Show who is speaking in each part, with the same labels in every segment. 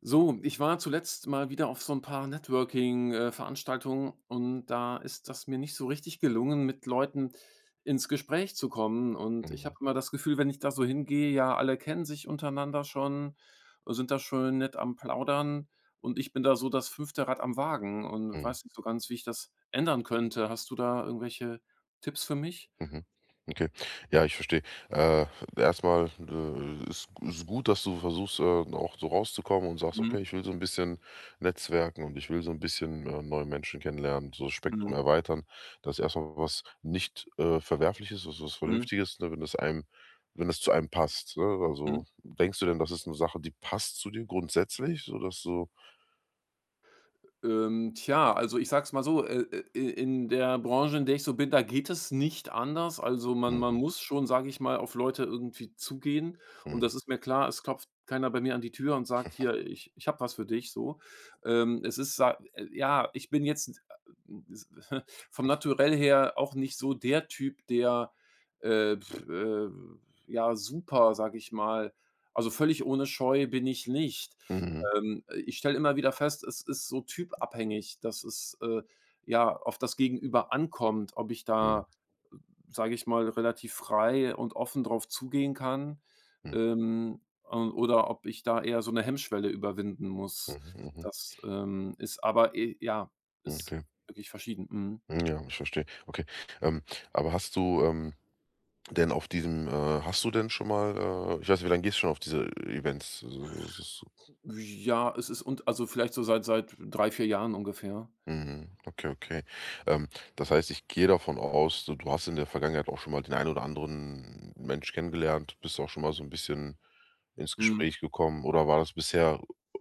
Speaker 1: So, ich war zuletzt mal wieder auf so ein paar Networking Veranstaltungen und da ist das mir nicht so richtig gelungen, mit Leuten ins Gespräch zu kommen. Und ich
Speaker 2: Mhm,
Speaker 1: habe immer das Gefühl, wenn ich da so hingehe, ja, alle kennen sich untereinander schon, sind da schön nett am Plaudern und ich bin da so das fünfte Rad am Wagen und
Speaker 2: mhm,
Speaker 1: weiß nicht so ganz, wie ich das ändern könnte. Hast du da irgendwelche Tipps für mich?
Speaker 2: mhm. Okay. Ja, ich verstehe. Äh, Erst ist gut, dass du versuchst, auch so rauszukommen und sagst:
Speaker 1: Mhm,
Speaker 2: „Okay, ich will so ein bisschen netzwerken und ich will so ein bisschen, neue Menschen kennenlernen, so das
Speaker 1: mhm,
Speaker 2: Spektrum erweitern." Das ist erstmal was nicht, Verwerfliches, das was
Speaker 1: mhm,
Speaker 2: Vernünftiges, ne, wenn das einem wenn das zu einem passt, ne?
Speaker 1: mhm.
Speaker 2: Also, denkst du denn, das ist eine Sache, die passt zu dir grundsätzlich, sodass du.
Speaker 1: Tja, also ich sag's mal so, in der Branche, in der ich so bin, da geht es nicht anders. Also man
Speaker 2: Mhm,
Speaker 1: muss schon, sage ich mal, auf Leute irgendwie zugehen, und
Speaker 2: mhm,
Speaker 1: das ist mir klar, es klopft keiner bei mir an die Tür und sagt: „Hier, ich habe was für dich“, so. Es ist sa ja, ich bin jetzt äh, vom Naturell her auch nicht so der Typ, der, äh, pf, äh, ja, super, sage ich mal, also völlig ohne Scheu bin ich nicht.
Speaker 2: mhm,
Speaker 1: Ich stelle immer wieder fest, es ist so typabhängig, dass es, ja, auf das Gegenüber ankommt, ob ich
Speaker 2: mhm,
Speaker 1: da, sage ich mal, relativ frei und offen drauf zugehen kann,
Speaker 2: mhm,
Speaker 1: und oder ob ich da eher so eine Hemmschwelle überwinden muss.
Speaker 2: mhm, mhm,
Speaker 1: Ist aber e ja,
Speaker 2: mhm,
Speaker 1: ist
Speaker 2: okay.
Speaker 1: wirklich verschieden. Mhm.
Speaker 2: Hm, ja, ich verstehe. Okay. Ähm, aber hast du, denn auf diesem, hast du denn schon mal, ich weiß nicht, wie lange gehst du schon auf diese Events? So so so so, so.
Speaker 1: Ja, es ist und also, vielleicht so seit 3 4 Jahren ungefähr.
Speaker 2: Mhm, okay, okay. Ähm, Das heißt, ich gehe davon aus, du hast in der Vergangenheit auch schon mal den einen oder anderen Mensch kennengelernt, bist auch schon mal so ein bisschen ins
Speaker 1: Mhm.
Speaker 2: Gespräch gekommen oder war das bisher,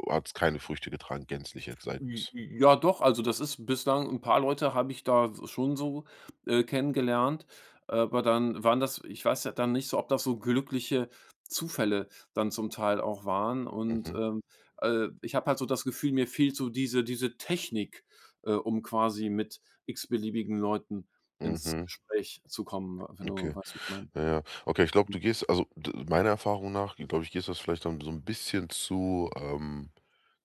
Speaker 2: hat es keine Früchte getragen gänzlich jetzt seit.
Speaker 1: J Ja doch, also das ist bislang, ein paar Leute habe ich da s schon so kennengelernt, aber dann waren das, ich weiß ja dann nicht so, ob das so glückliche Zufälle dann zum Teil auch waren, und
Speaker 2: Mhm,
Speaker 1: ich habe halt so das Gefühl, mir fehlt so diese Technik, um quasi mit x-beliebigen Leuten ins
Speaker 2: mhm,
Speaker 1: Gespräch zu kommen, wenn du
Speaker 2: okay.
Speaker 1: weißt, was ich meine.
Speaker 2: Ja, ja. Okay, ich glaube, du gehst also, d meiner Erfahrung nach, glaube ich, gehst das vielleicht dann so ein bisschen zu, ähm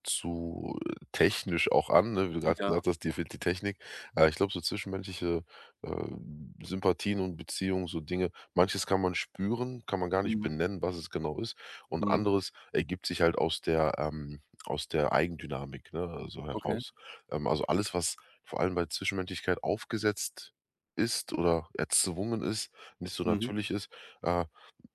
Speaker 2: zu äh, technisch auch an, ne? Wie du grad
Speaker 1: Ja,
Speaker 2: gesagt hast, dir fehlt die Technik. Ich glaube, so zwischenmenschliche, äh, Sympathien und Beziehungen, so Dinge manches kann man spüren, kann man gar nicht
Speaker 1: mhm,
Speaker 2: benennen, was es genau ist, und
Speaker 1: mhm,
Speaker 2: anderes ergibt sich halt aus der Eigendynamik, ne, so
Speaker 1: okay,
Speaker 2: heraus. Also, alles, was vor allem bei Zwischenmenschlichkeit aufgesetzt ist oder erzwungen ist, nicht so
Speaker 1: mhm,
Speaker 2: natürlich ist, äh,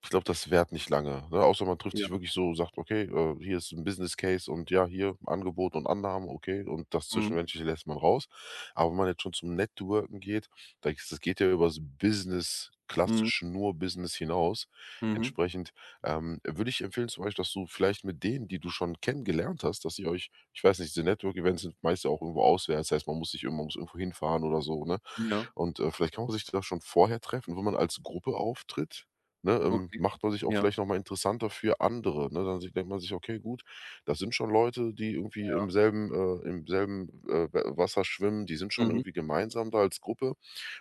Speaker 2: ich glaube, das währt nicht lange, ne? Außer man trifft
Speaker 1: ja,
Speaker 2: sich wirklich so, sagt: „Okay, hier ist ein Business Case und ja, hier Angebot und Annahmen, okay, und das
Speaker 1: mhm,
Speaker 2: Zwischenmenschliche lässt man raus." Aber wenn man jetzt schon zum Networken geht, da ist das geht ja über das Business
Speaker 1: mhm,
Speaker 2: klassisch nur Business hinaus.
Speaker 1: mhm,
Speaker 2: Entsprechend, würde ich empfehlen zum Beispiel, dass du vielleicht mit denen, die du schon kennengelernt hast, dass ihr euch, ich weiß nicht, diese Network-Events sind meist ja auch irgendwo auswärts, das heißt, man muss sich irgendwo, man muss irgendwo hinfahren oder so, ne?
Speaker 1: ja,
Speaker 2: Und, vielleicht kann man sich da schon vorher treffen, wenn man als Gruppe auftritt, ne,
Speaker 1: okay,
Speaker 2: macht man sich auch
Speaker 1: ja,
Speaker 2: vielleicht noch mal interessanter für andere, ne? Dann si denkt man sich: „Okay, gut, das sind schon Leute, die irgendwie
Speaker 1: ja,
Speaker 2: im selben, im selben, W Wasser schwimmen, die sind schon
Speaker 1: mhm.
Speaker 2: irgendwie gemeinsam da als Gruppe."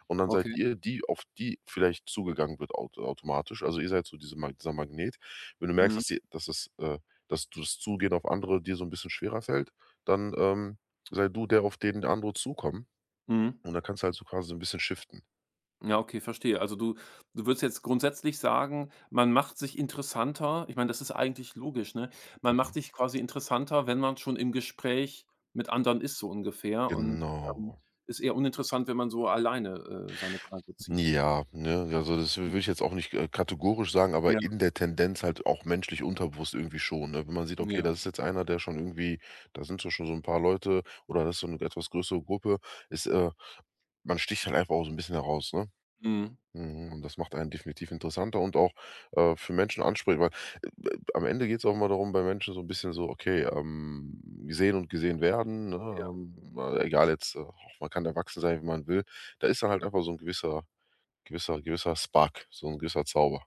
Speaker 2: Und dann
Speaker 1: Okay.
Speaker 2: seid ihr die, auf die vielleicht zugegangen wird, automatisch. Also, ihr seid so dieser Magnet. Wenn du merkst,
Speaker 1: Mhm.
Speaker 2: dass dass du das Zugehen auf andere dir so ein bisschen schwerer fällt, dann, sei du der, auf den andere zukommen.
Speaker 1: Mhm.
Speaker 2: Und dann kannst du halt so quasi so ein bisschen shiften.
Speaker 1: Ja, okay, verstehe. Also du würdest jetzt grundsätzlich sagen, man macht sich interessanter. Ich meine, das ist eigentlich logisch, ne? Man macht
Speaker 2: Mhm.
Speaker 1: sich quasi interessanter, wenn man schon im Gespräch mit anderen ist, so ungefähr, und ähm,
Speaker 2: Genau.
Speaker 1: ist eher uninteressant, wenn man so alleine, seine Kreise zieht.
Speaker 2: Ja, ne? Also, das will ich jetzt auch nicht, kategorisch sagen,
Speaker 1: Ja,
Speaker 2: aber in der Tendenz halt auch menschlich unterbewusst irgendwie schon, ne? Wenn man sieht, okay,
Speaker 1: ja.
Speaker 2: das ist jetzt einer, der schon irgendwie da sind so schon so ein paar Leute oder das ist so eine etwas größere Gruppe, ist, man sticht halt einfach auch so ein bisschen heraus, ne?
Speaker 1: Mhm.
Speaker 2: Mhm, und das macht einen definitiv interessanter und auch, für Menschen ansprechbar. Am Ende geht es auch immer darum, bei Menschen so ein bisschen so, okay, gesehen und gesehen werden, ne?
Speaker 1: Ja.
Speaker 2: Egal jetzt, auch man kann erwachsen sein, wie man will. Da ist dann halt einfach so ein gewisser Spark, so ein gewisser Zauber.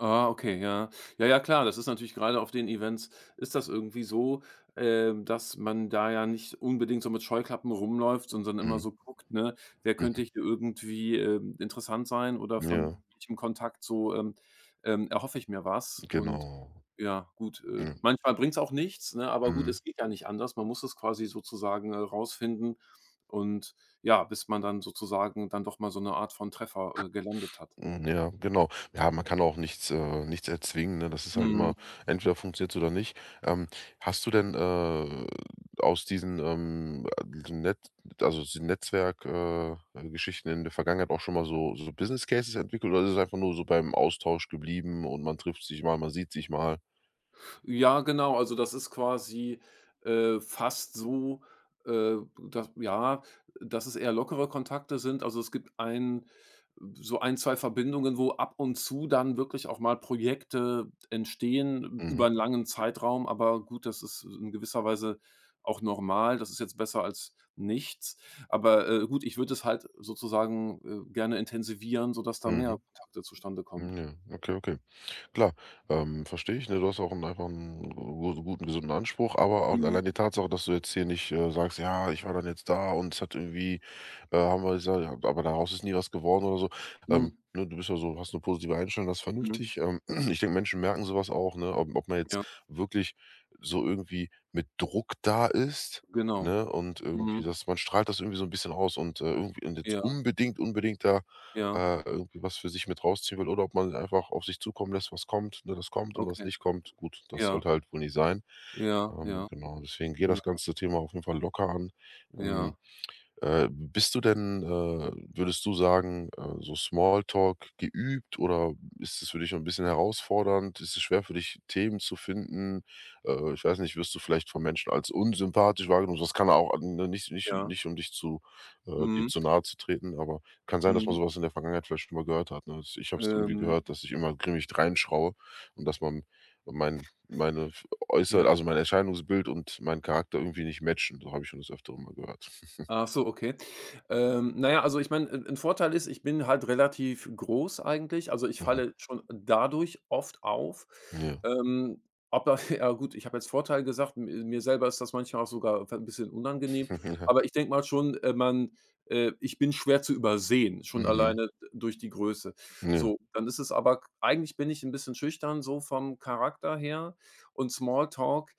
Speaker 1: Ah, okay, ja. Ja, ja, klar, das ist natürlich gerade auf den Events ist das irgendwie so, dass man da ja nicht unbedingt so mit Scheuklappen rumläuft, sondern immer
Speaker 2: Mhm,
Speaker 1: so guckt, ne, wer könnte
Speaker 2: mhm.
Speaker 1: hier irgendwie, interessant sein oder von
Speaker 2: Ja,
Speaker 1: welchem Kontakt so, erhoffe ich mir was, und
Speaker 2: genau.
Speaker 1: ja, gut,
Speaker 2: Ja,
Speaker 1: manchmal bringt's auch nichts, ne, aber gut,
Speaker 2: mhm.
Speaker 1: es geht ja nicht anders. Man muss es quasi sozusagen rausfinden, und ja, bis man dann sozusagen dann doch mal so eine Art von Treffer gelandet hat.
Speaker 2: Hm, ja, genau. Ja, man kann auch nichts, erzwingen, ne? Das ist halt
Speaker 1: Mhm.
Speaker 2: immer entweder funktioniert's oder nicht. Ähm, Hast du denn, aus diesen, Net also diesen Netzwerk, Geschichten in der Vergangenheit auch schon mal so so Business Cases entwickelt oder ist es einfach nur so beim Austausch geblieben und man trifft sich mal, man sieht sich mal?
Speaker 1: Ja, genau. Also, das ist quasi, fast so, äh, dass ja, dass es eher lockere Kontakte sind. Also, es gibt ein so ein, 2 Verbindungen, wo ab und zu dann wirklich auch mal Projekte entstehen über
Speaker 2: Mhm,
Speaker 1: einen langen Zeitraum. Aber gut, das ist in gewisser Weise auch normal. Das ist jetzt besser als nichts. Aber, gut, ich würde es halt sozusagen gerne intensivieren, sodass da mehr
Speaker 2: mhm.
Speaker 1: Kontakte zustande
Speaker 2: Hm,
Speaker 1: kommen.
Speaker 2: ja, okay, okay. Klar, verstehe ich, ne? Du hast auch 'n einfach einen gu guten, gesunden Anspruch, aber auch
Speaker 1: Mhm.
Speaker 2: allein die Tatsache, dass du jetzt hier nicht, sagst: „Ja, ich war dann jetzt da und es hat irgendwie, haben wir gesagt ja, aber daraus ist nie was geworden" oder so.
Speaker 1: Mhm.
Speaker 2: Ne, du bist ja so, hast 'ne positive Einstellung, das ist
Speaker 1: Mhm.
Speaker 2: vernünftig. Ich denke, Menschen merken sowas auch, ne, ob man jetzt
Speaker 1: Ja,
Speaker 2: wirklich so irgendwie mit Druck da ist,
Speaker 1: genau.
Speaker 2: ne, und
Speaker 1: Mhm.
Speaker 2: irgendwie dass man strahlt das irgendwie so ein bisschen aus und, irgendwie und jetzt
Speaker 1: Ja,
Speaker 2: unbedingt, unbedingt da,
Speaker 1: ja,
Speaker 2: irgendwie was für sich mit rausziehen will oder ob man einfach auf sich zukommen lässt, was kommt, ne? Das kommt und was
Speaker 1: okay.
Speaker 2: nicht kommt, gut, das
Speaker 1: Ja,
Speaker 2: sollte halt wohl nicht sein.
Speaker 1: ja, ja,
Speaker 2: Genau, deswegen gehe das
Speaker 1: ja,
Speaker 2: ganze Thema auf jeden Fall locker an. Ähm,
Speaker 1: ja,
Speaker 2: Bist du denn, würdest du sagen, so Smalltalk geübt oder ist es für dich so 'n bisschen herausfordernd? Ist es schwer für dich, Themen zu finden? Ich weiß nicht, wirst du vielleicht von Menschen als unsympathisch wahrgenommen? Das kann auch an, ne, nicht nicht
Speaker 1: ja.
Speaker 2: nicht um dich zu, dir
Speaker 1: Mhm,
Speaker 2: zu nahe zu treten, aber kann sein, dass man
Speaker 1: mhm,
Speaker 2: sowas in der Vergangenheit vielleicht schon mal gehört hat, ne? Also, ich habe es irgendwie
Speaker 1: ähm,
Speaker 2: gehört, dass ich immer grimmig reinschraue und dass man mein meine
Speaker 1: ja.
Speaker 2: mein Erscheinungsbild und mein Charakter irgendwie nicht matchen. So habe ich schon des Öfteren mal gehört.
Speaker 1: Ach so, okay. Na ja, also ich meine, ein 'n Vorteil ist, ich bin halt relativ groß eigentlich. Also, ich falle schon dadurch oft auf.
Speaker 2: Ja.
Speaker 1: Ähm, aber ja gut, ich habe jetzt Vorteil gesagt, mi mir selber ist das manchmal auch sogar ein bisschen unangenehm.
Speaker 2: Ja.
Speaker 1: Aber ich denke mal schon, man ich bin schwer zu übersehen, schon
Speaker 2: Mhm.
Speaker 1: alleine durch die Größe.
Speaker 2: Ja.
Speaker 1: So, dann ist es aber eigentlich, bin ich ein bisschen schüchtern so vom Charakter her, und Small Talk,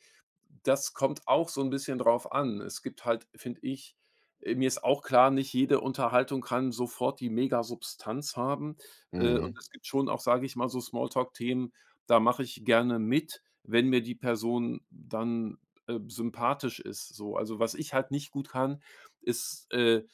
Speaker 1: das kommt auch so 'n bisschen drauf an. Es gibt halt, finde ich, mir ist auch klar, nicht jede Unterhaltung kann sofort die Mega-Substanz haben, und
Speaker 2: Mhm.
Speaker 1: es gibt schon auch, sage ich mal, so Smalltalk-Themen, da mache ich gerne mit, wenn mir die Person dann sympathisch ist, so. Also, was ich halt nicht gut kann, ist,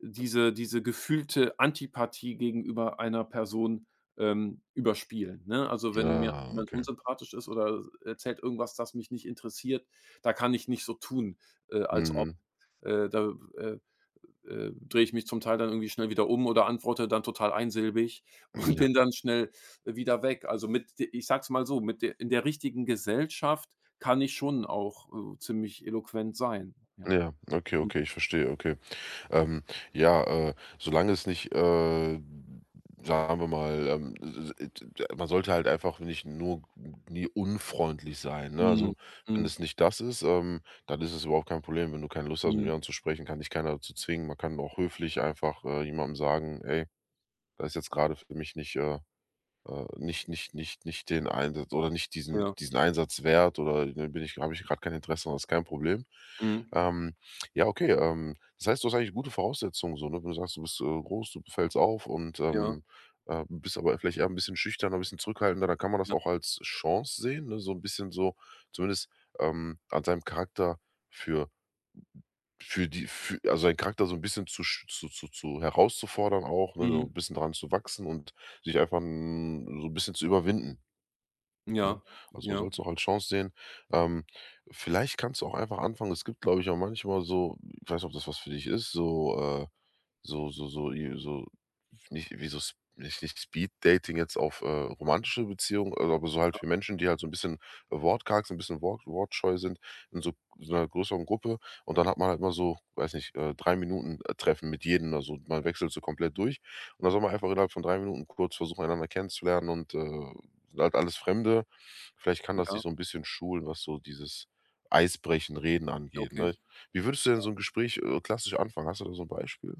Speaker 1: diese gefühlte Antipathie gegenüber einer Person, überspielen, ne? Also, wenn mir
Speaker 2: Ah,
Speaker 1: jemand
Speaker 2: okay.
Speaker 1: unsympathisch ist oder erzählt irgendwas, das mich nicht interessiert, da kann ich nicht so tun, als ob.
Speaker 2: Mhm.
Speaker 1: Da drehe ich mich zum Teil dann irgendwie schnell wieder um oder antworte dann total einsilbig und
Speaker 2: Ja.
Speaker 1: bin dann schnell wieder weg. Also, mit de ich sage es mal so, mit der, in der richtigen Gesellschaft kann ich schon auch ziemlich eloquent sein. Ja.
Speaker 2: Ja. Okay,
Speaker 1: M
Speaker 2: okay, ich verstehe, okay. Ähm, ja, solange es nicht, sagen wir mal, s s d man sollte halt einfach nicht nur nie unfreundlich sein, ne?
Speaker 1: Mhm.
Speaker 2: Also, wenn
Speaker 1: Mhm.
Speaker 2: es nicht das ist, dann ist es überhaupt kein Problem. Wenn du keine Lust hast, mit
Speaker 1: Mhm.
Speaker 2: jemandem zu sprechen, kann dich keiner dazu zwingen. Man kann auch höflich einfach, jemandem sagen: „Ey, das ist jetzt gerade für mich nicht“ Nicht den Einsatz oder nicht diesen
Speaker 1: Ja.
Speaker 2: diesen Einsatz wert oder, ne, bin ich habe ich gerade kein Interesse, das ist kein Problem.
Speaker 1: Mhm.
Speaker 2: Ähm, ja, okay, das heißt, du hast eigentlich gute Voraussetzungen so, ne? Wenn du sagst, du bist, groß, du fällst auf und,
Speaker 1: Ja.
Speaker 2: bist aber vielleicht eher ein bisschen schüchterner, ein bisschen zurückhaltender, dann kann man das
Speaker 1: Ja.
Speaker 2: auch als Chance sehen, ne? So ein bisschen so zumindest, an seinem Charakter für für die für also, seinen Charakter so ein bisschen zu sch zu herauszufordern auch, ne, so
Speaker 1: Mhm.
Speaker 2: ein bisschen daran zu wachsen und sich einfach, hm, so ein bisschen zu überwinden. Ja,
Speaker 1: Ja.
Speaker 2: also
Speaker 1: Ja.
Speaker 2: sollst du auch als Chance sehen. Ähm, Vielleicht kannst du auch einfach anfangen. Es gibt, glaube ich, auch manchmal so, ich weiß nicht, ob das was für dich ist, so, so, so, so, i- so, nicht, wie so, Sp- nicht, nicht Speed-Dating jetzt auf, romantische Beziehungen, also, aber so halt für Menschen, die halt so ein bisschen, wortkarg sind, ein bisschen wortscheu sind, in so, so einer größeren Gruppe. Und dann hat man halt mal so, weiß nicht, 3 Minuten Treffen mit jedem. Also man wechselt so komplett durch. Und dann soll man einfach innerhalb von 3 Minuten kurz versuchen, einander kennenzulernen und, sind halt alles Fremde. Vielleicht kann das
Speaker 1: Ja.
Speaker 2: dich so ein bisschen schulen, was so dieses Eisbrechen, Reden angeht,
Speaker 1: Okay.
Speaker 2: ne? Wie würdest du denn so 'n Gespräch, klassisch anfangen? Hast du da so 'n Beispiel?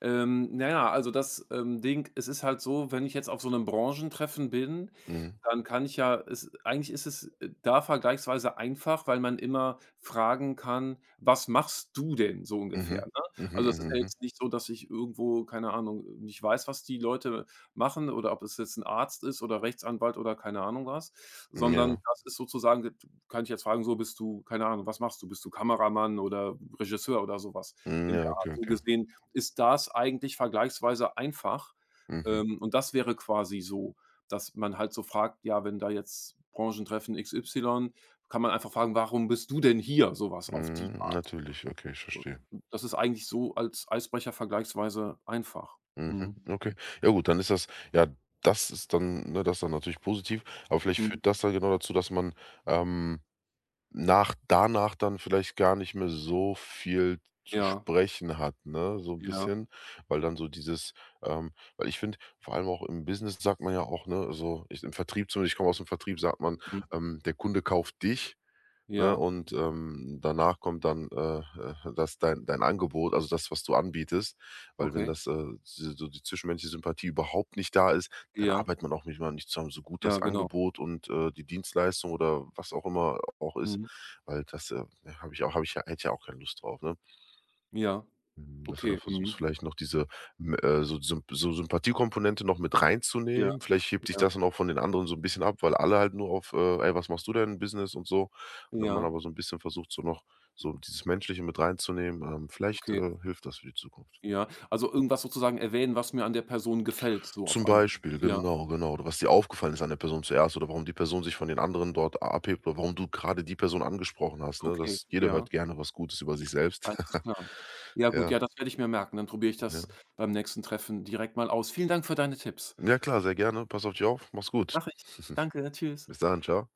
Speaker 1: Na ja, also das, Ding, es ist halt so, wenn ich jetzt auf so einem Branchentreffen bin,
Speaker 2: Mhm.
Speaker 1: dann kann ich ja, es eigentlich ist es, da vergleichsweise einfach, weil man immer fragen kann: „Was machst du denn?“, so ungefähr,
Speaker 2: Mhm.
Speaker 1: ne?
Speaker 2: Mhm,
Speaker 1: Also, das
Speaker 2: mhm,
Speaker 1: ist ja
Speaker 2: mhm.
Speaker 1: jetzt nicht so, dass ich irgendwo, keine Ahnung, nicht weiß, was die Leute machen oder ob es jetzt ein Arzt ist oder Rechtsanwalt oder keine Ahnung was,
Speaker 2: Mhm.
Speaker 1: sondern
Speaker 2: Ja.
Speaker 1: das ist sozusagen d kann ich jetzt fragen, so: „Bist du“, keine Ahnung, „was machst du? Bist du Kameramann oder Regisseur?“, oder sowas
Speaker 2: Hm,
Speaker 1: in der
Speaker 2: ja,
Speaker 1: Art.
Speaker 2: okay,
Speaker 1: So
Speaker 2: okay.
Speaker 1: gesehen ist das eigentlich vergleichsweise einfach.
Speaker 2: Mhm.
Speaker 1: Und das wäre quasi so, dass man halt so fragt, ja, wenn da jetzt Branchentreffen XY, kann man einfach fragen: „Warum bist du denn hier?“ Sowas auf die
Speaker 2: Mhm,
Speaker 1: Art.
Speaker 2: natürlich, okay, ich verstehe.
Speaker 1: Das ist eigentlich so als Eisbrecher vergleichsweise einfach. Mhm.
Speaker 2: Mhm, okay. Ja gut, dann ist ja, das ist dann natürlich positiv, aber vielleicht
Speaker 1: Mhm.
Speaker 2: führt das dann genau dazu, dass man, ähm Nach danach dann vielleicht gar nicht mehr so viel zu
Speaker 1: Ja,
Speaker 2: sprechen hat, ne, so 'n
Speaker 1: ja,
Speaker 2: bisschen, weil dann so dieses ähm, weil ich finde, vor allem auch im Business sagt man ja auch, ne, so, ich komme aus'm Vertrieb, sagt man:
Speaker 1: mhm.
Speaker 2: „Der Kunde kauft dich." Ne?
Speaker 1: Ja,
Speaker 2: Und, danach kommt dann, das dein Angebot, also das, was du anbietest. Weil wenn
Speaker 1: okay.
Speaker 2: das, so die zwischenmenschliche Sympathie überhaupt nicht da ist, dann
Speaker 1: Ja,
Speaker 2: arbeitet man auch nicht mal nicht zusammen, so gut
Speaker 1: ja,
Speaker 2: das
Speaker 1: genau.
Speaker 2: Angebot und, die Dienstleistung oder was auch immer auch ist,
Speaker 1: Mhm.
Speaker 2: weil das, ja, habe ich auch habe ich ja hätte ja auch keine Lust drauf, ne?
Speaker 1: Ja,
Speaker 2: Mhm, dass du da
Speaker 1: okay.
Speaker 2: versuchst,
Speaker 1: Mhm.
Speaker 2: vielleicht noch diese, m so Sympathiekomponente noch mit
Speaker 1: Ja,
Speaker 2: reinzunehmen. Vielleicht hebt dich das
Speaker 1: ja,
Speaker 2: dann auch von den anderen so ein bisschen ab, weil alle halt nur auf: „Ey, was machst du denn im Business?" und so. Und wenn man
Speaker 1: ja,
Speaker 2: aber so ein bisschen versucht, so noch so dieses Menschliche mit reinzunehmen, vielleicht,
Speaker 1: okay.
Speaker 2: hilft das für die Zukunft.
Speaker 1: Ja, also irgendwas sozusagen erwähnen, was mir an der Person gefällt, so auf
Speaker 2: Zum
Speaker 1: Anhieb.
Speaker 2: Beispiel,
Speaker 1: Ja.
Speaker 2: genau, genau. Oder was dir aufgefallen ist an der Person zuerst oder warum die Person sich von den anderen dort abhebt oder warum du gerade die Person angesprochen hast, ne?
Speaker 1: Okay,
Speaker 2: Das jeder
Speaker 1: ja,
Speaker 2: hört gerne was Gutes über sich selbst.
Speaker 1: alles klar. Ja gut,
Speaker 2: Ja,
Speaker 1: ja, das werde ich mir merken. Dann probiere ich das
Speaker 2: ja.
Speaker 1: beim nächsten Treffen direkt mal aus. Vielen Dank für deine Tipps.
Speaker 2: Ja klar, sehr gerne. Pass auf dich auf. Mach's gut.
Speaker 1: Mach ich. Danke, tschüss.
Speaker 2: Bis dann, ciao